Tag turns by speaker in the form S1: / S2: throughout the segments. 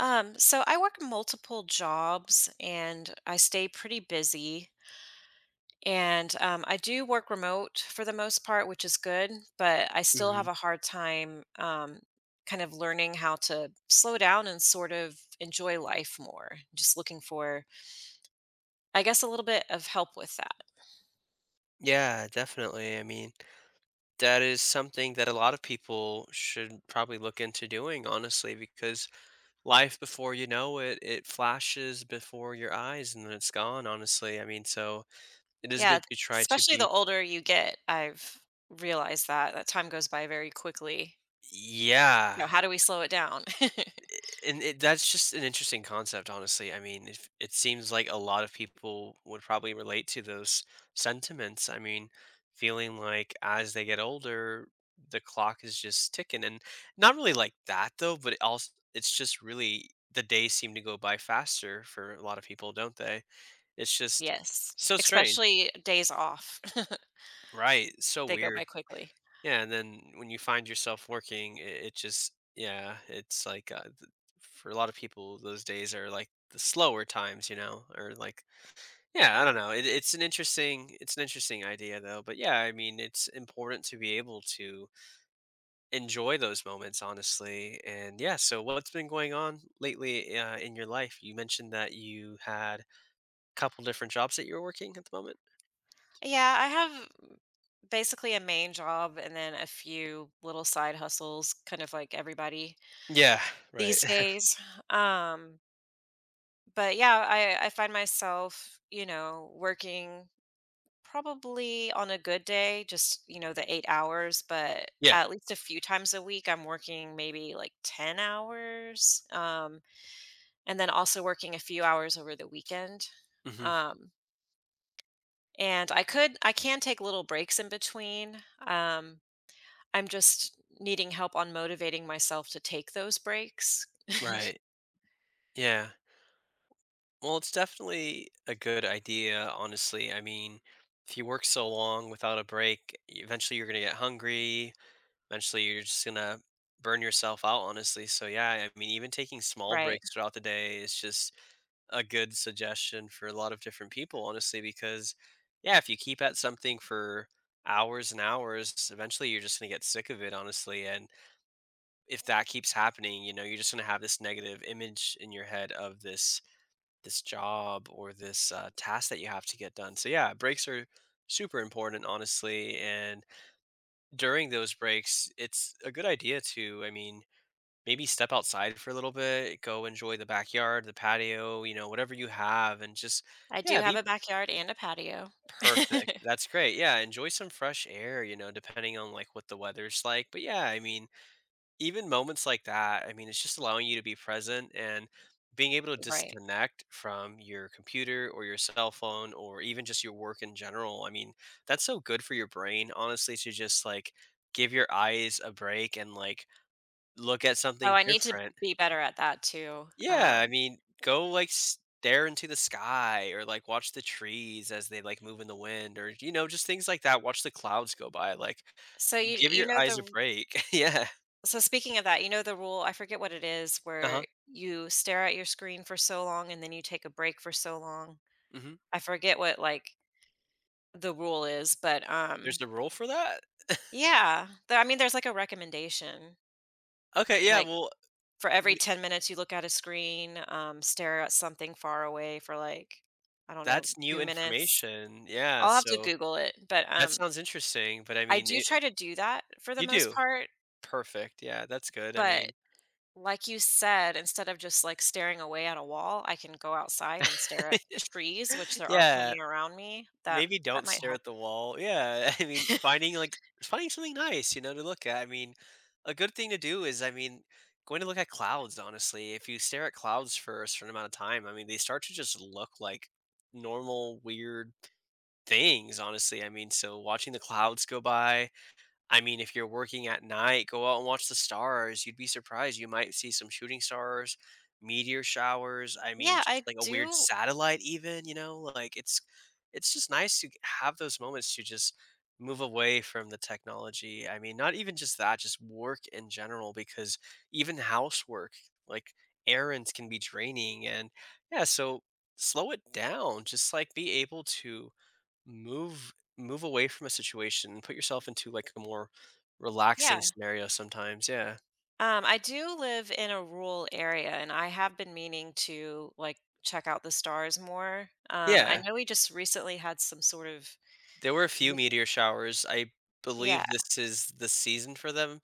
S1: So I work multiple jobs and I stay pretty busy. And I do work remote for the most part, which is good, but I still
S2: Mhm.
S1: have a hard time kind of learning how to slow down and sort of enjoy life more. Just looking for, I guess, a little bit of help with that.
S2: Yeah, definitely. I mean, that is something that a lot of people should probably look into doing, honestly, because life before you know it, it flashes before your eyes and then it's gone, honestly. I mean, so it is
S1: Yeah,
S2: good to try to
S1: especially
S2: be.
S1: the older you get, I've realized that that time goes by very quickly.
S2: Yeah.
S1: You know, how do we slow it down?
S2: And it that's just an interesting concept, honestly. I mean, if it seems like a lot of people would probably relate to those sentiments. I mean, feeling like as they get older, the clock is just ticking, and not really like that though. But it also, it's just really the days seem to go by faster for a lot of people, don't they? It's just
S1: Yes,
S2: so strange,
S1: especially days off.
S2: right? So
S1: They go
S2: weird.
S1: by quickly.
S2: Yeah, and then when you find yourself working, it just yeah, it's like for a lot of people, those days are like the slower times, you know, or like yeah, I don't know. It's an interesting idea though, but yeah, I mean, it's important to be able to enjoy those moments, honestly. And yeah, so what's been going on lately in your life? You mentioned that you had a couple different jobs that you were working at the moment.
S1: Yeah, I have basically a main job and then a few little side hustles, kind of like everybody
S2: Yeah, right.
S1: these days. Um, but yeah, I find myself, you know, working. Probably on a good day, just, you know, the 8 hours, but
S2: Yeah.
S1: at least a few times a week, I'm working maybe like 10 hours, and then also working a few hours over the weekend.
S2: Hmm.
S1: Um, and I can take little breaks in between. I'm just needing help on motivating myself to take those breaks,
S2: Right. Yeah. Well, it's definitely a good idea, honestly. I mean, if you work so long without a break, eventually you're going to get hungry. Eventually, you're just going to burn yourself out, honestly. So, yeah, I mean, even taking small
S1: right.
S2: breaks throughout the day is just a good suggestion for a lot of different people, honestly, because, yeah, if you keep at something for hours and hours, eventually you're just going to get sick of it, honestly. And if that keeps happening, you know, you're just going to have this negative image in your head of this job or this task that you have to get done. So yeah, breaks are super important, honestly. And during those breaks, it's a good idea to, I mean, maybe step outside for a little bit, go enjoy the backyard, the patio, you know, whatever you have, and just
S1: I do
S2: yeah,
S1: have
S2: be
S1: a backyard and a patio.
S2: perfect. That's great. Yeah, enjoy some fresh air. You know, depending on like what the weather's like. But yeah, I mean, even moments like that, I mean, it's just allowing you to be present and being able to
S1: Right.
S2: disconnect from your computer or your cell phone or even just your work in general. I mean, that's so good for your brain, honestly, to just like give your eyes a break and like look at
S1: Oh,
S2: something
S1: I need to
S2: different.
S1: be better at that too.
S2: Yeah, I mean, go like stare into the sky or like watch the trees as they like move in the wind or you know, just things like that. Watch the clouds go by. Like
S1: So you
S2: give
S1: you
S2: your
S1: know
S2: eyes a
S1: the
S2: break. Yeah.
S1: So speaking of that, you know the rule, I forget what it is,
S2: Uh-huh.
S1: where you stare at your screen for so long and then you take a break for so long.
S2: Mhm.
S1: I forget what like the rule is, but
S2: There's a rule for that?
S1: I mean there's like a recommendation.
S2: Okay, yeah,
S1: Like
S2: well,
S1: for
S2: m
S1: every 10 minutes you look at a screen, stare at something far away for like, I don't know,
S2: that's new
S1: 2 minutes.
S2: information, yeah,
S1: I'll have to
S2: so
S1: google it, but
S2: that
S1: um
S2: sounds interesting, but I
S1: I
S2: mean,
S1: do
S2: it
S1: try to do that for the
S2: you
S1: most
S2: do.
S1: part,
S2: Perfect, yeah, that's good, I
S1: but
S2: mean.
S1: like you said, instead of just, like, staring away at a wall, I can go outside and stare at trees, which there are
S2: Yeah,
S1: plenty around me. That
S2: maybe
S1: that
S2: don't
S1: might
S2: stare
S1: help.
S2: at the wall, yeah, I mean, finding something nice, you know, to look at, I mean, a good thing to do is, I mean, going to look at clouds, honestly, if you stare at clouds for a certain amount of time, I mean, they start to just look like normal, weird things, honestly. I mean, so watching the clouds go by, I mean, if you're working at night, go out and watch the stars. You'd be surprised. You might see some shooting stars, meteor showers. I mean,
S1: Yeah,
S2: just
S1: I
S2: like a weird
S1: do.
S2: satellite, even, you know, like it's just nice to have those moments to just move away from the technology. I mean, not even just that, just work in general, because even housework, like errands can be draining. And yeah, so slow it down. Just like be able to Move away from a situation, and put yourself into, like, a more
S1: Yeah.
S2: relaxing scenario sometimes, yeah.
S1: I do live in a rural area, and I have been meaning to, like, check out the stars more. I
S2: Yeah,
S1: know we just recently had some sort of,
S2: there were a few meteor showers, I
S1: yeah.
S2: believe this is the season for them,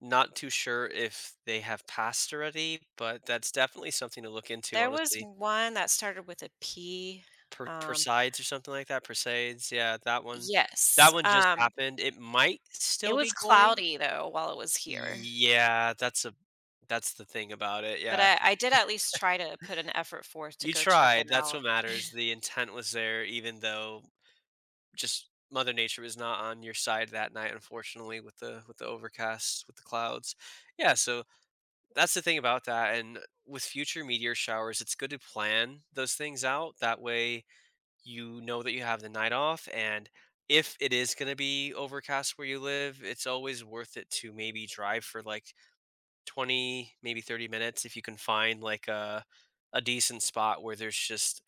S2: not too sure if they have passed already, but that's definitely something to look into,
S1: There was
S2: honestly.
S1: one that started with a P, um
S2: Perseids or something like that, Perseids, yeah, that one
S1: yes,
S2: just happened, it might
S1: it
S2: still be
S1: was
S2: going.
S1: cloudy though while it was here,
S2: Yeah, that's the thing about it,
S1: but
S2: yeah.
S1: I did at least try to put an effort forth to
S2: You
S1: go check
S2: tried,
S1: it
S2: that's
S1: out.
S2: what matters. The intent was there even though just Mother Nature was not on your side that night, unfortunately, with the overcast, with the clouds. Yeah, so that's the thing about that, and with future meteor showers, it's good to plan those things out. That way, you know that you have the night off, and if it is gonna be overcast where you live, it's always worth it to maybe drive for, like, 20, maybe 30 minutes if you can find, like, a decent spot where there's just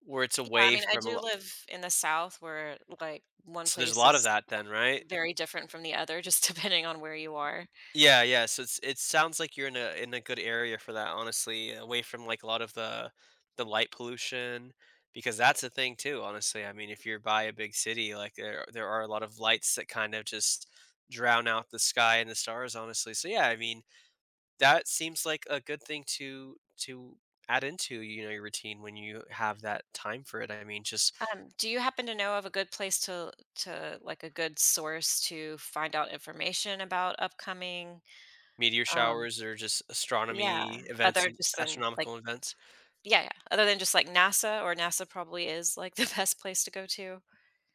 S2: where it's
S1: Yeah, I
S2: away
S1: mean, I
S2: from a
S1: do
S2: lo
S1: live in the South where, like, one
S2: so there's a
S1: place
S2: lot of
S1: is
S2: that then, right?
S1: very different from the other, just depending on where you are.
S2: Yeah, yeah, so it sounds like you're in a good area for that, honestly, away from, like, a lot of the light pollution, because that's a thing too, honestly, I mean, if you're by a big city, like, there are a lot of lights that kind of just drown out the sky and the stars, honestly, so, yeah, I mean, that seems like a good thing to add into, you know, your routine when you have that time for it, I mean, just
S1: Do you happen to know of a good place to, a good source to find out information about upcoming,
S2: meteor
S1: um
S2: showers or just
S1: yeah,
S2: astronomy events
S1: other
S2: and
S1: just than, like,
S2: astronomical events.
S1: yeah, yeah. Other than just like NASA, or NASA probably is like the best place to go to.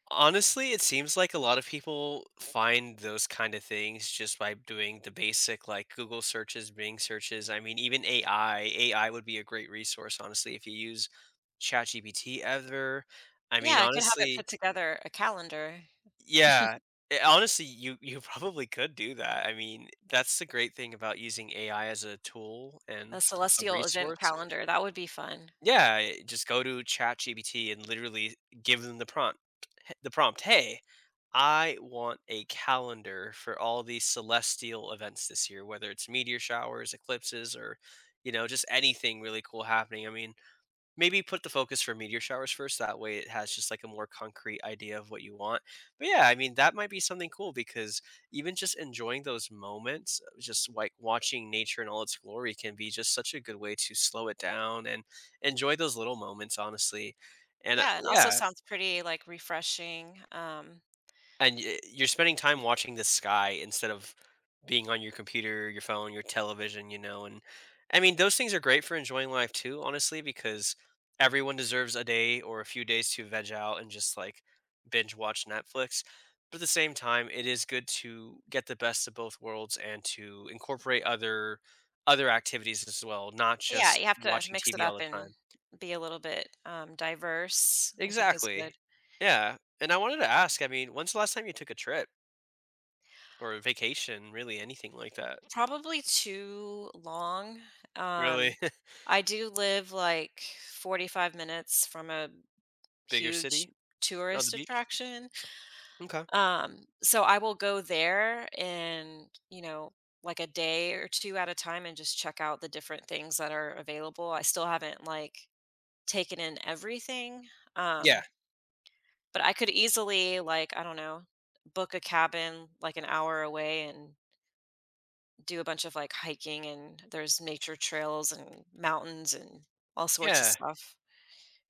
S2: Honestly, it seems like a lot of people find those kind of things just by doing the basic like Google searches, Bing searches. I mean, even AI would be a great resource, honestly, if you use ChatGPT ever. I mean,
S1: Yeah, I could have it
S2: honestly,
S1: put together a calendar,
S2: yeah. Honestly, you probably could do that. I mean, that's the great thing about using AI as a tool and
S1: a
S2: a
S1: celestial event
S2: resource.
S1: calendar. That would be fun.
S2: Just go to ChatGPT and literally give them the prompt. The prompt, hey, I want a calendar for all these celestial events this year, whether it's meteor showers, eclipses, or you know, just anything really cool happening. I mean, maybe put the focus for meteor showers first, that way it has just, like, a more concrete idea of what you want. But, yeah, I mean, that might be something cool because even just enjoying those moments, just, like, watching nature in all its glory can be just such a good way to slow it down and enjoy those little moments, honestly. And,
S1: Yeah, and also
S2: yeah.
S1: sounds pretty like refreshing.
S2: And y you're spending time watching the sky instead of being on your computer, your phone, your television, you know, and I mean, those things are great for enjoying life too, honestly, because everyone deserves a day or a few days to veg out and just, like, binge watch Netflix, but at the same time, it is good to get the best of both worlds and to incorporate other activities as well, not
S1: Yeah,
S2: just
S1: you have to
S2: watching
S1: mix it
S2: TV all
S1: up
S2: the
S1: and
S2: time.
S1: be a little bit diverse, I think is good.
S2: Exactly. Yeah, and I wanted to ask, I mean, when's the last time you took a trip? Or vacation, really anything like that.
S1: Probably too long.
S2: Really?
S1: Um, I do live like 45 minutes from a
S2: Bigger
S1: huge
S2: city? Oh, the
S1: tourist
S2: beach?
S1: attraction.
S2: Okay.
S1: So I will go there and, you know, like a day or two at a time and just check out the different things that are available. I still haven't like taken in everything.
S2: Yeah.
S1: Um, but I could easily like, I don't know, book a cabin like an hour away and do a bunch of like hiking, and there's nature trails and mountains and all sorts of
S2: Yeah.
S1: stuff.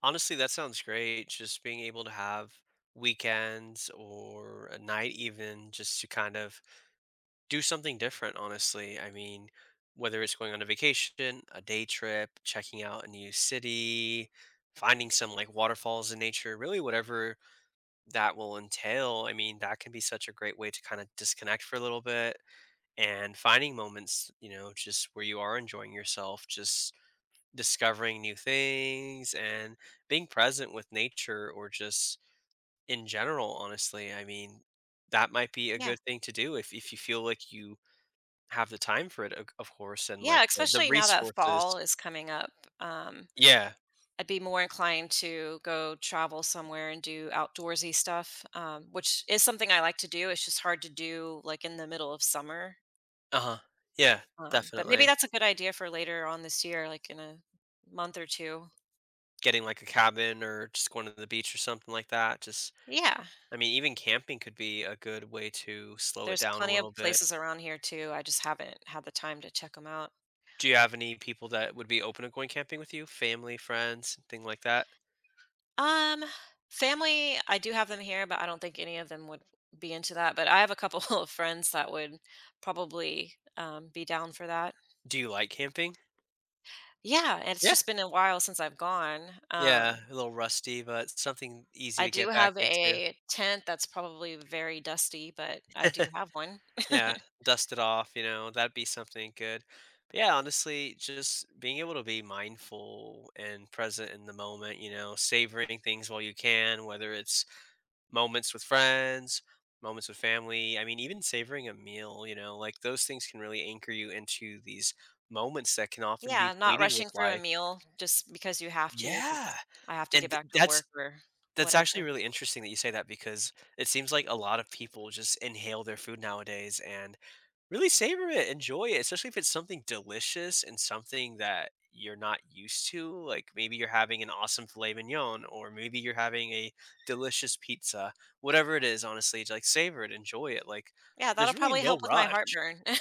S2: Honestly, that sounds great. Just being able to have weekends or a night even just to kind of do something different, honestly. I mean, whether it's going on a vacation, a day trip, checking out a new city, finding some like waterfalls in nature, really whatever that will entail. I mean, that can be such a great way to kind of disconnect for a little bit and finding moments, you know, just where you are enjoying yourself, just discovering new things and being present with nature or just in general, honestly. I mean, that might be a
S1: Yeah.
S2: good thing to do if you feel like you have the time for it, of course, and like
S1: Yeah,
S2: the
S1: especially now that fall
S2: resources.
S1: is coming up. Um
S2: Yeah.
S1: I'd be more inclined to go travel somewhere and do outdoorsy stuff, which is something I like to do. It's just hard to do like in the middle of summer.
S2: Uh huh. Yeah,
S1: But maybe
S2: definitely.
S1: that's a good idea for later on this year, like in a month or two.
S2: Getting like a cabin or just going to the beach or something like that. Just,
S1: Yeah,
S2: I mean, even camping could be a good way to slow it
S1: there's
S2: down a
S1: plenty of
S2: little bit.
S1: places around here too. I just haven't had the time to check them out.
S2: Do you have any people that would be open to going camping with you? Family, friends, thing like that?
S1: Um, Family, I do have them here, but I don't think any of them would be into that. But I have a couple of friends that would probably be down for that.
S2: Do you like camping?
S1: Yeah, and it's
S2: Yeah.
S1: just been a while since I've gone.
S2: Yeah, a little rusty, but something easy
S1: I
S2: to
S1: do
S2: get back
S1: have
S2: into.
S1: a tent that's probably very dusty, but I do have one.
S2: Yeah, dust it off, you know, that'd be something good. But yeah, honestly, just being able to be mindful and present in the moment, you know, savoring things while you can, whether it's moments with friends, moments with family. I mean, even savoring a meal, you know, like those things can really anchor you into these moments that can often be
S1: Yeah, not
S2: fleeting with
S1: rushing through a
S2: life.
S1: meal just because you have to, because
S2: Yeah.
S1: I have to get
S2: And
S1: back to
S2: that's
S1: work or
S2: actually
S1: whatever.
S2: really interesting that you say that because it seems like a lot of people just inhale their food nowadays and really savor it, enjoy it, especially if it's something delicious and something that you're not used to. Like maybe you're having an awesome filet mignon, or maybe you're having a delicious pizza. Whatever it is, honestly, like savor it, enjoy it. Like
S1: Yeah, that'll
S2: there's really
S1: probably
S2: no
S1: help with my
S2: rush.
S1: heartburn.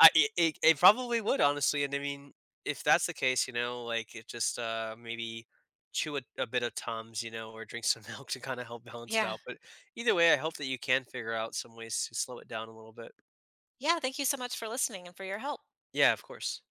S2: I It probably would honestly, and I mean, if that's the case, you know, like it just maybe chew a bit of Tums, you know, or drink some milk to kind of help balance it
S1: Yeah.
S2: out. But either way, I hope that you can figure out some ways to slow it down a little bit.
S1: Yeah, thank you so much for listening and for your help.
S2: Yeah, of course.